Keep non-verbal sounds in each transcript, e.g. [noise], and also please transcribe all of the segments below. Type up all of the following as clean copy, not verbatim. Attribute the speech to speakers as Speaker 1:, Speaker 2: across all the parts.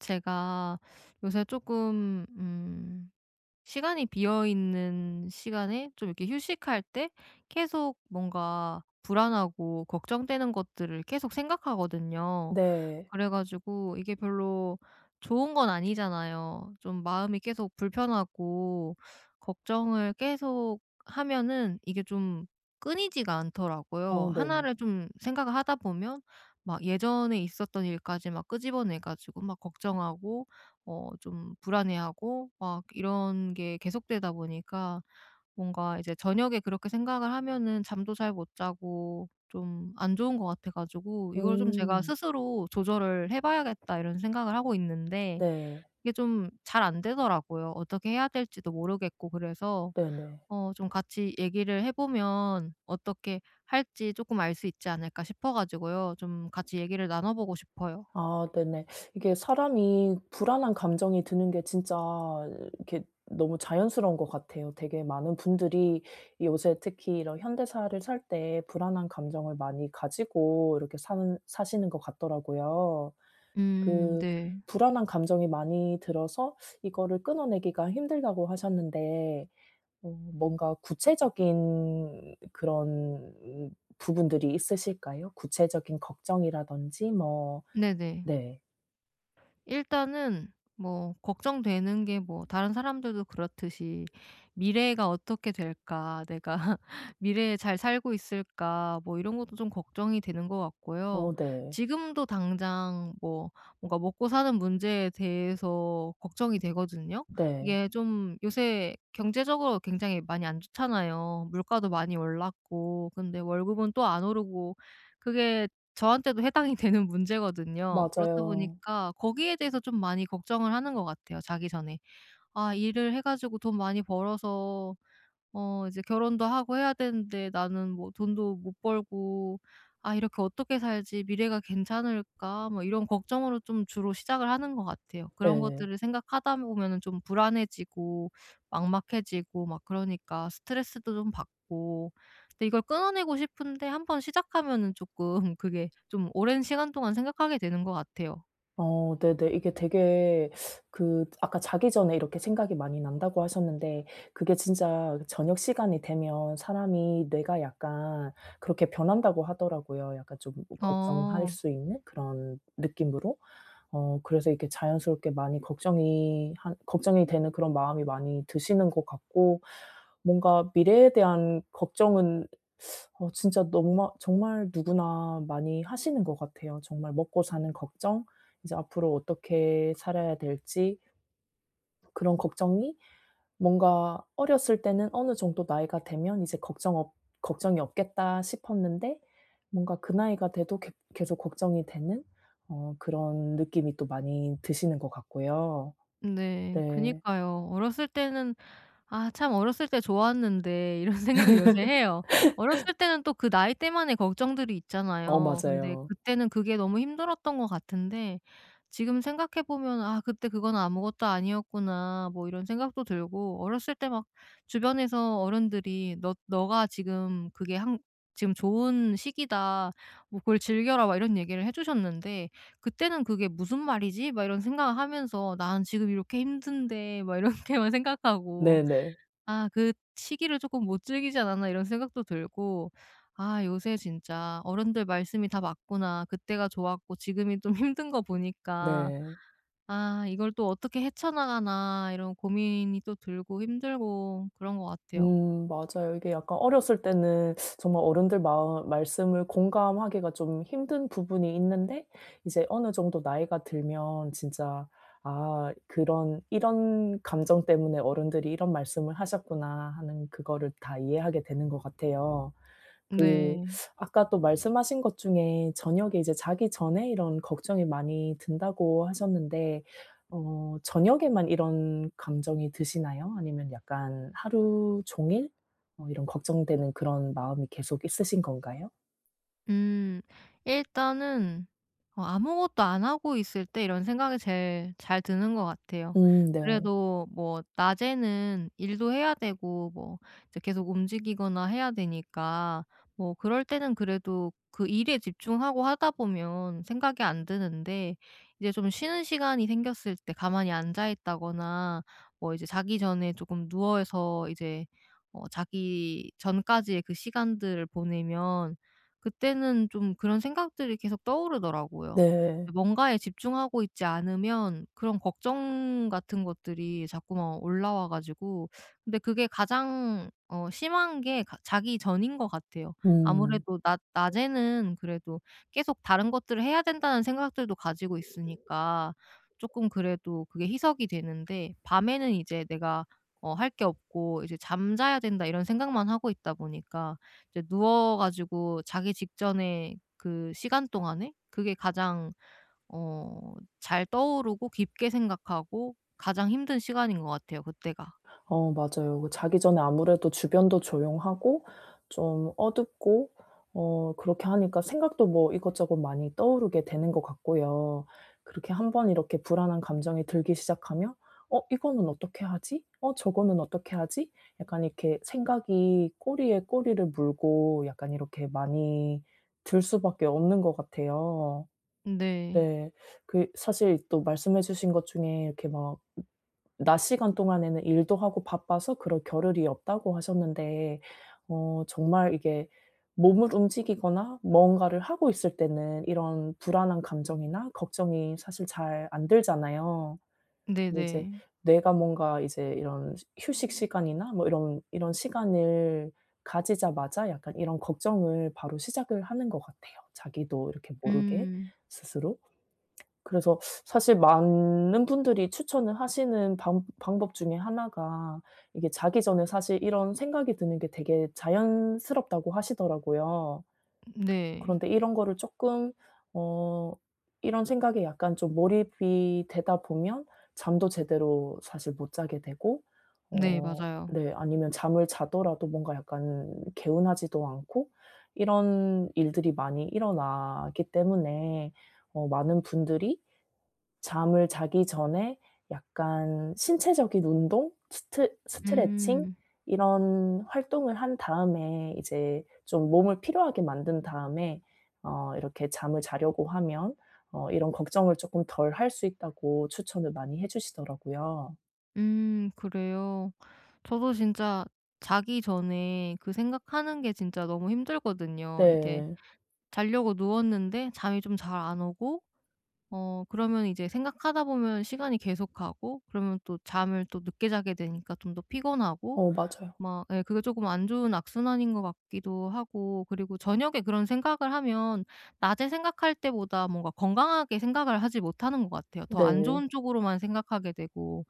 Speaker 1: 제가 요새 조금 시간이 비어 있는 시간에 좀 이렇게 휴식할 때 계속 뭔가 불안하고 걱정되는 것들을 계속 생각하거든요.
Speaker 2: 네.
Speaker 1: 그래 가지고 이게 별로 좋은 건 아니잖아요. 좀 마음이 계속 불편하고 걱정을 계속 하면은 이게 좀 끊이지가
Speaker 2: 어
Speaker 1: 않더라고요.
Speaker 2: 네네.
Speaker 1: 하나를 좀 생각을 하다 보면 막 예전에 있었던 일까지 막 끄집어내 가지고 막 걱정하고 좀 불안해하고 막 이런 게 계속되다 보니까 뭔가 이제 저녁에 그렇게 생각을 하면은 잠도 잘 못 자고 좀 안 좋은 것 같아 가지고 이걸 좀 제가
Speaker 2: 음.
Speaker 1: 스스로 '조절을 해 봐야겠다.' 이런 생각을 하고 있는데
Speaker 2: 네.
Speaker 1: 이게 좀 잘 안 되더라고요. 어떻게 해야 될지도 모르겠고, 그래서
Speaker 2: 네네.
Speaker 1: 좀 같이 얘기를 해 보면 어떻게 할지 조금 알 수 있지 않을까 싶어 가지고요. 좀 같이 얘기를 나눠 보고 싶어요.
Speaker 2: 아 네네. 이게 사람이 불안한 감정이 드는 게 진짜 이렇게 너무 자연스러운 것 같아요. 되게 많은 분들이 요새 특히 이런 현대사를 살 때 불안한 감정을 많이 가지고 이렇게 사는 사시는 것 같더라고요.
Speaker 1: 음,
Speaker 2: 그
Speaker 1: 네.
Speaker 2: 불안한 감정이 많이 들어서 이거를 끊어내기가 힘들다고 하셨는데 어 뭔가 구체적인 그런 부분들이 있으실까요? 구체적인 걱정이라든지 뭐.
Speaker 1: 네네.
Speaker 2: 네.
Speaker 1: 일단은 뭐 걱정되는 게 뭐 다른 사람들도 그렇듯이 '미래가 어떻게 될까? 내가 [laughs] 미래에 잘 살고 있을까?' 뭐 이런 것도 좀 걱정이 되는 것
Speaker 2: 어
Speaker 1: 같고요.
Speaker 2: 네.
Speaker 1: 지금도 당장 뭐 뭔가 먹고 사는 문제에 대해서 걱정이 되거든요.
Speaker 2: 네.
Speaker 1: 이게 좀 요새 경제적으로 굉장히 많이 안 좋잖아요. 물가도 많이 올랐고, 근데 월급은 또 안 오르고, 그게 저한테도 해당이 되는 문제거든요. 그렇다
Speaker 2: 맞아요.
Speaker 1: 보니까 거기에 대해서 좀 많이 걱정을 하는 것 같아요, 자기 전에. '아, 일을 해 가지고 돈 많이 벌어서 이제 결혼도 하고 해야 되는데 나는 뭐 돈도 못 벌고, 아 이렇게 어떻게 살지? 미래가 괜찮을까?' 뭐 이런 걱정으로 좀 주로 시작을 하는 것 같아요. 그런
Speaker 2: 네.
Speaker 1: 것들을 생각하다 보면은 좀 불안해지고, 막막해지고, 막 그러니까 스트레스도 좀 받고. 근데 이걸 끊어내고 싶은데, 한번 시작하면은 조금 [laughs] 그게 좀 오랜 시간 동안 생각하게 되는 것 같아요.
Speaker 2: 어 네네. 이게 되게, 그 아까 자기 전에 이렇게 생각이 많이 난다고 하셨는데 그게 진짜 저녁 시간이 되면 사람이 뇌가 약간 그렇게 변한다고 하더라고요. 약간 좀 걱정할
Speaker 1: 어.
Speaker 2: 수 있는 그런 느낌으로. 어 그래서 이게 자연스럽게 많이 걱정이 한 걱정이 되는 그런 마음이 많이 드시는 것 같고, 뭔가 미래에 대한 걱정은 어 진짜 너무 정말 누구나 많이 하시는 것 같아요. 정말 먹고 사는 걱정, 이제 앞으로 어떻게 살아야 될지 그런 걱정이, 뭔가 어렸을 때는 어느 정도 나이가 되면 이제 걱정이 없겠다 싶었는데 뭔가 그 나이가 돼도 계 계속 걱정이 되는 어 그런 느낌이 또 많이 드시는 것 같고요.
Speaker 1: 네.
Speaker 2: 네.
Speaker 1: 그니까요. 어렸을 때는, 아 참 어렸을 때 좋았는데, 이런 [laughs] 생각 요새 해요. 어렸을 때는 또 그 나이 때만의 걱정들이
Speaker 2: 어
Speaker 1: 있잖아요. 근데
Speaker 2: 맞아요.
Speaker 1: 그때는 그게 너무 힘들었던 것 같은데, 지금 생각해 보면 '아 그때 그건 아무것도 아니었구나.' 뭐 이런 생각도 들고. 어렸을 때 막 주변에서 어른들이 "너 너가 지금 그게 한 지금 좋은 시기다. 뭐 그걸 즐겨라." 막 이런 얘기를 해 주셨는데, 그때는 '그게 무슨 말이지?' 막 이런 생각을 하면서 '난 지금 이렇게 힘든데.' 막 이렇게만 [laughs] 생각하고.
Speaker 2: 네네.
Speaker 1: 아 그 시기를 조금 못 즐기지 않았나 이런 생각도 들고. '아 요새 진짜 어른들 말씀이 다 맞구나. 그때가 좋았고 지금이 좀 [laughs] 힘든 거 보니까,
Speaker 2: 네.
Speaker 1: 아 이걸 또 어떻게 헤쳐나가나.' 이런 고민이 또 들고 힘들고 그런 것 같아요.
Speaker 2: 맞아요. 이게 약간 어렸을 때는 정말 어른들 마음 말씀을 공감하기가 좀 힘든 부분이 있는데 이제 어느 정도 나이가 들면 진짜 '아 그런 이런 감정 때문에 어른들이 이런 말씀을 하셨구나.' 하는 그거를 다 이해하게 되는 것 같아요. 그
Speaker 1: 네.
Speaker 2: 아까 또 말씀하신 것 중에 저녁에 이제 자기 전에 이런 걱정이 많이 든다고 하셨는데 어 저녁에만 이런 감정이 드시나요? 아니면 약간 하루 종일 어 이런 걱정되는 그런 마음이 계속 있으신 건가요?
Speaker 1: 음. 일단은 아무것도 안 하고 있을 때 이런 생각이 제일 잘 드는 것 같아요.
Speaker 2: 네.
Speaker 1: 그래도 뭐 낮에는 일도 해야 되고, 뭐 이제 계속 움직이거나 해야 되니까, 뭐 그럴 때는 그래도 그 일에 집중하고 하다 보면 생각이 안 드는데, 이제 좀 쉬는 시간이 생겼을 때 가만히 앉아 있다거나, 뭐 이제 자기 전에 조금 누워서 이제 자기 전까지의 그 시간들을 보내면 그때는 좀 그런 생각들이 계속 떠오르더라고요.
Speaker 2: 네.
Speaker 1: 뭔가에 집중하고 있지 않으면 그런 걱정 같은 것들이 자꾸만 올라와 가지고. 근데 그게 가장 심한 게 가 자기 전인 것 같아요.
Speaker 2: 음.
Speaker 1: 아무래도 낮 낮에는 그래도 계속 다른 것들을 해야 된다는 생각들도 가지고 있으니까 쪼끔 그래도 그게 희석이 되는데, 밤에는 이제 내가 할 게 없고, 이제 '잠자야 된다.' 이런 생각만 하고 있다 보니까 이제 누워 가지고 자기 직전에 그 시간 동안에 그게 가장 어 잘 떠오르고 깊게 생각하고 가장 힘든 시간인 것 같아요, 그때가.
Speaker 2: 어 맞아요. 그 자기 전에 아무래도 주변도 조용하고 좀 어둡고 어 그렇게 하니까 생각도 뭐 이것저것 많이 떠오르게 되는 것 같고요. 그렇게 한번 이렇게 불안한 감정이 들기 시작하면 '어 이거는 어떻게 하지? 어 저거는 어떻게 하지?' 약간 이렇게 생각이 꼬리에 꼬리를 물고 약간 이렇게 많이 들 수밖에 없는 것 같아요.
Speaker 1: 네.
Speaker 2: 네. 그 사실 또 말씀해 주신 것 중에 이렇게 막 낮 시간 동안에는 일도 하고 바빠서 그럴 겨를이 없다고 하셨는데 어 정말 이게 몸을 움직이거나 뭔가를 하고 있을 때는 이런 불안한 감정이나 걱정이 사실 잘 안 들잖아요. 근데 이제
Speaker 1: 네네.
Speaker 2: 뇌가 뭔가 이제 이런 휴 휴식 시간이나 뭐 이런 시간을 가지자마자 약간 이런 걱정을 바로 시작을 하는 것 같아요, 자기도 이렇게 모르게
Speaker 1: 음.
Speaker 2: 스스로. 그래서 사실 많은 분들이 추천을 하시는 방 방법 중에 하나가 이게 자기 전에 사실 이런 생각이 드는 게 되게 자연스럽다고 하시더라고요.
Speaker 1: 네.
Speaker 2: 그런데 이런 거를 쪼끔 어 이런 생각에 약간 좀 몰입이 되다 보면 잠도 제대로 사실 못 자게 되고,
Speaker 1: 네
Speaker 2: 어
Speaker 1: 맞아요.
Speaker 2: 네, 아니면 잠을 자더라도 뭔가 약간 개운하지도 않고 이런 일들이 많이 일어나기 때문에 어 많은 분들이 잠을 자기 전에 약간 신체적인 운동, 스트레칭
Speaker 1: 음.
Speaker 2: 이런 활동을 한 다음에 이제 좀 몸을 피로하게 만든 다음에 어 이렇게 잠을 자려고 하면 어 이런 걱정을 쪼끔 덜 할 수 있다고 추천을 많이 해 주시더라고요.
Speaker 1: 그래요. 저도 진짜 자기 전에 그 생각하는 게 진짜 너무 힘들거든요. 이제
Speaker 2: 네.
Speaker 1: 자려고 누웠는데 잠이 좀 잘 안 오고, 그러면 이제 생각하다 보면 시간이 계속 가고, 그러면 또 잠을 또 늦게 자게 되니까 좀 더 피곤하고.
Speaker 2: 어 맞아요.
Speaker 1: 막 예, 그게 조금 안 좋은 악순환인 것 같기도 하고. 그리고 저녁에 그런 생각을 하면 낮에 생각할 때보다 뭔가 건강하게 생각을 하지 못하는 것 같아요. 더 안
Speaker 2: 네.
Speaker 1: 좋은 쪽으로만 생각하게 되고,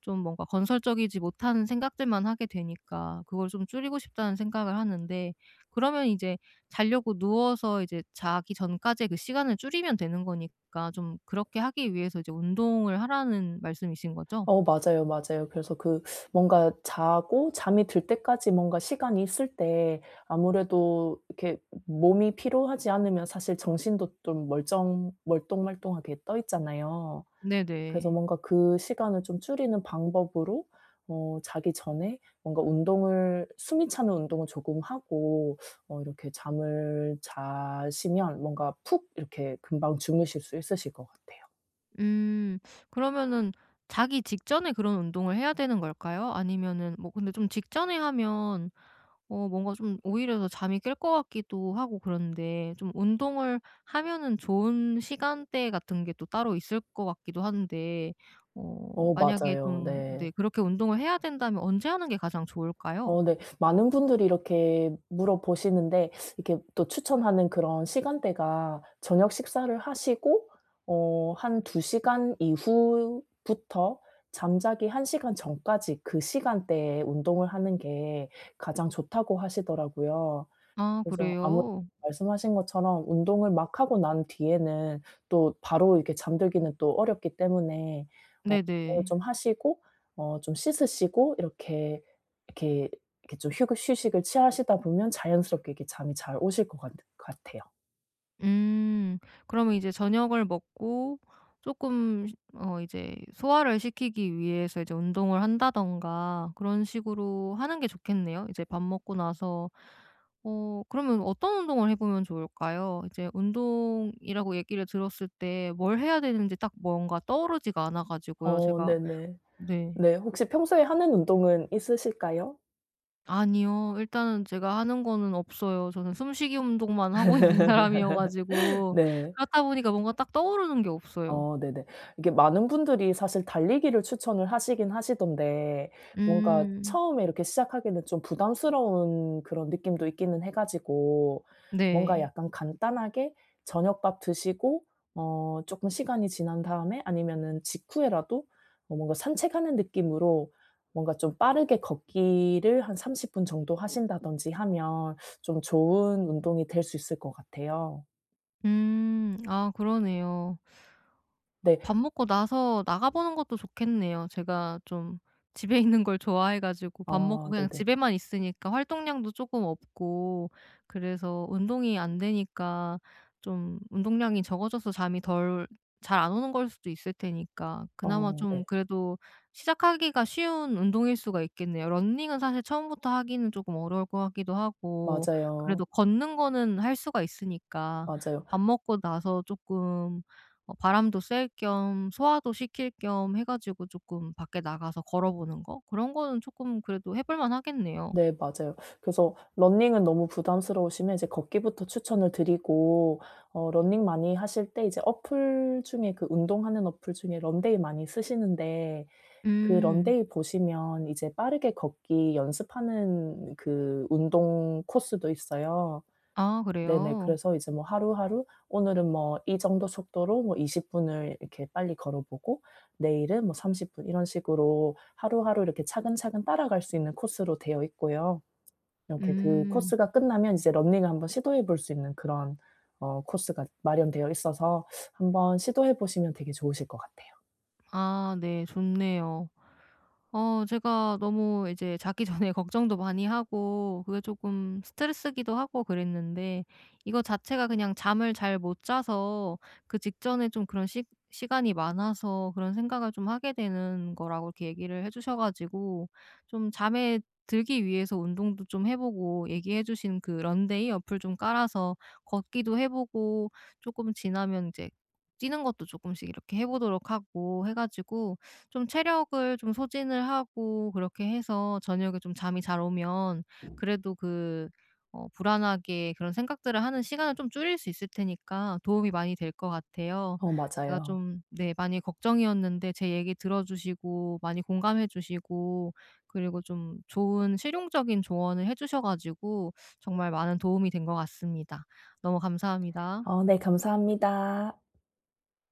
Speaker 1: 좀 뭔가 건설적이지 못한 생각들만 하게 되니까 그걸 좀 줄이고 싶다는 생각을 하는데, 그러면 이제 자려고 누워서 이제 자기 전까지의 그 시간을 줄이면 되는 거니까, 좀 그렇게 하기 위해서 이제 운동을 하라는 말씀이신 거죠?
Speaker 2: 어 맞아요, 맞아요. 그래서 그 뭔가 자고 잠이 들 때까지 뭔가 시간이 있을 때 아무래도 이렇게 몸이 피로하지 않으면 사실 정신도 좀 멀쩡 멀뚱멀뚱하게 떠 있잖아요. 그래서
Speaker 1: 네네.
Speaker 2: 뭔가 그 시간을 좀 줄이는 방법으로 어 자기 전에 뭔가 운동을, 숨이 차는 운동을 조금 하고 어 이렇게 잠을 자시면 뭔가 푹 이렇게 금방 주무실 수 있으실 것 같아요.
Speaker 1: 음. 그러면은 자기 직전에 그런 운동을 해야 되는 걸까요? 아니면은 뭐 근데 좀 직전에 하면 뭔가 좀 오히려 더 잠이 깰 것 같기도 하고. 그런데 좀 운동을 하면은 좋은 시간대 같은 게 또 따로 있을 것 같기도 한데,
Speaker 2: 어
Speaker 1: 만약에
Speaker 2: 맞아요.
Speaker 1: 좀,
Speaker 2: 네.
Speaker 1: 네, 그렇게 운동을 해야 된다면 언제 하는 게 가장 좋을까요?
Speaker 2: 어 네. 많은 분들이 이렇게 물어보시는데 이렇게 또 추천하는 그런 시간대가, 저녁 식사를 하시고 어 한 2시간 이후부터 잠자기 1시간 전까지 그 시간대에 운동을 하는 게 가장 좋다고 하시더라고요.
Speaker 1: 아
Speaker 2: 그래서 아무래도
Speaker 1: 그래요?
Speaker 2: 말씀하신 것처럼 운동을 막 하고 난 뒤에는 또 바로 이렇게 잠들기는 또 어렵기 때문에 어 운동을
Speaker 1: 네네.
Speaker 2: 좀 하시고 어 좀 씻으시고, 이렇게, 이렇게, 이렇게 좀 휴그 휴식을 취하시다 보면 자연스럽게 이렇게 잠이 잘 오실 것 같 같아요.
Speaker 1: 음. 그러면 이제 저녁을 먹고 조금 이제 소화를 시키기 위해서 이제 운동을 한다든가 그런 식으로 하는 게 좋겠네요. 이제 밥 먹고 나서 그러면 어떤 운동을 해 보면 좋을까요? 이제 운동이라고 얘기를 들었을 때 뭘 해야 되는지 딱 뭔가 떠오르지가 않아 가지고요.
Speaker 2: 어
Speaker 1: 제가
Speaker 2: 네네.
Speaker 1: 네.
Speaker 2: 네. 혹시 평소에 하는 운동은 있으실까요?
Speaker 1: 아니요. 일단은 제가 하는 거는 없어요. 저는 숨쉬기 운동만 하고 있는 [laughs]
Speaker 2: [laughs]
Speaker 1: 사람이어 가지고
Speaker 2: 네.
Speaker 1: 그렇다 보니까 뭔가 딱 떠오르는 게 없어요.
Speaker 2: 어 네네. 이게 많은 분들이 사실 달리기를 추천을 하시긴 하시던데 뭔가
Speaker 1: 음.
Speaker 2: 처음에 이렇게 시작하기에는 좀 부담스러운 그런 느낌도 있기는 해 가지고, 뭔가
Speaker 1: 네.
Speaker 2: 약간 간단하게 저녁밥 드시고 어 쪼끔 시간이 지난 다음에 아니면은 직후에라도 어 뭔가 산책하는 느낌으로, 뭔가 좀 빠르게 걷기를 한 30분 정도 하신다든지 하면 좀 좋은 운동이 될 수 있을 것 같아요.
Speaker 1: 음. 아 그러네요.
Speaker 2: 네.
Speaker 1: 밥 먹고 나서 나가보는 것도 좋겠네요. 제가 좀 집에 있는 걸 좋아해 가지고 밥 먹고
Speaker 2: 아
Speaker 1: 그냥
Speaker 2: 네네.
Speaker 1: 집에만 있으니까 활동량도 조금 없고, 그래서 운동이 안 되니까 좀 운동량이 적어져서 잠이 덜 잘 안 오는 걸 수도 있을 테니까, 그나마
Speaker 2: 어
Speaker 1: 좀
Speaker 2: 네.
Speaker 1: 그래도 시작하기가 쉬운 운동일 수가 있겠네요. 러닝은 사실 처음부터 하기는 조금 어려울 것 같기도 하고.
Speaker 2: 맞아요,
Speaker 1: 그래도 걷는 거는 할 수가 있으니까
Speaker 2: 맞아요.
Speaker 1: 밥 먹고 나서 조금 바람도 쐴 겸 소화도 시킬 겸 해 가지고 조금 밖에 나가서 걸어보는 거, 그런 거는 조금 그래도 해볼 만하겠네요.
Speaker 2: 네 맞아요. 그래서 러닝은 너무 부담스러우시면 이제 걷기부터 추천을 드리고 어 러닝 많이 하실 때 이제 어플 중에, 그 운동하는 어플 중에 런데이 많이 쓰시는데 그
Speaker 1: 음.
Speaker 2: 런데이 보시면 이제 빠르게 걷기 연습하는 그 운동 코스도 있어요.
Speaker 1: 아
Speaker 2: 네네.
Speaker 1: 그래요?
Speaker 2: 그래서 이제 뭐 하루하루 오늘은 뭐 이 정도 속도로 뭐 20 분을 이렇게 빨리 걸어 보고 내일은 뭐 30분, 이런 식으로 하루하루 이렇게 차근차근 따라갈 수 있는 코스로 되어 있고요. 이렇게 그
Speaker 1: 음.
Speaker 2: 코스가 끝나면 이제 러닝을 한번 시도해 볼 수 있는 그런 어 코스가 마련되어 있어서 한번 시도해 보시면 되게 좋으실 것 같아요.
Speaker 1: 아 네 좋네요. 제가 너무 이제 자기 전에 [laughs] 걱정도 많이 하고 그게 조금 스트레스기도 하고 그랬는데, 이거 자체가 그냥 잠을 잘 못 자서 그 직전에 좀 그런 시 시간이 많아서 그런 생각을 좀 하게 되는 거라고 이렇게 얘기를 해 주셔 가지고, 좀 잠에 들기 위해서 운동도 좀 해 보고, 얘기해 주신 그 런데이 어플 좀 깔아서 걷기도 해 보고, 조금 지나면 이제 뛰는 것도 조금씩 이렇게 해 보도록 하고 해 가지고 좀 체력을 좀 소진을 하고, 그렇게 해서 저녁에 좀 잠이 잘 오면 그래도 그 불안하게 그런 생각들을 하는 시간을 좀 줄일 수 있을 테니까 도움이 많이 될 것 같아요.
Speaker 2: 어
Speaker 1: 제가
Speaker 2: 맞아요.
Speaker 1: 좀, 네, 많이 걱정이었는데 제 얘기 들어 주시고 많이 공감해 주시고, 그리고 좀 좋은 실용적인 조언을 해 주셔 가지고 정말 많은 도움이 된 것 같습니다. 너무 감사합니다.
Speaker 2: 어네 감사합니다.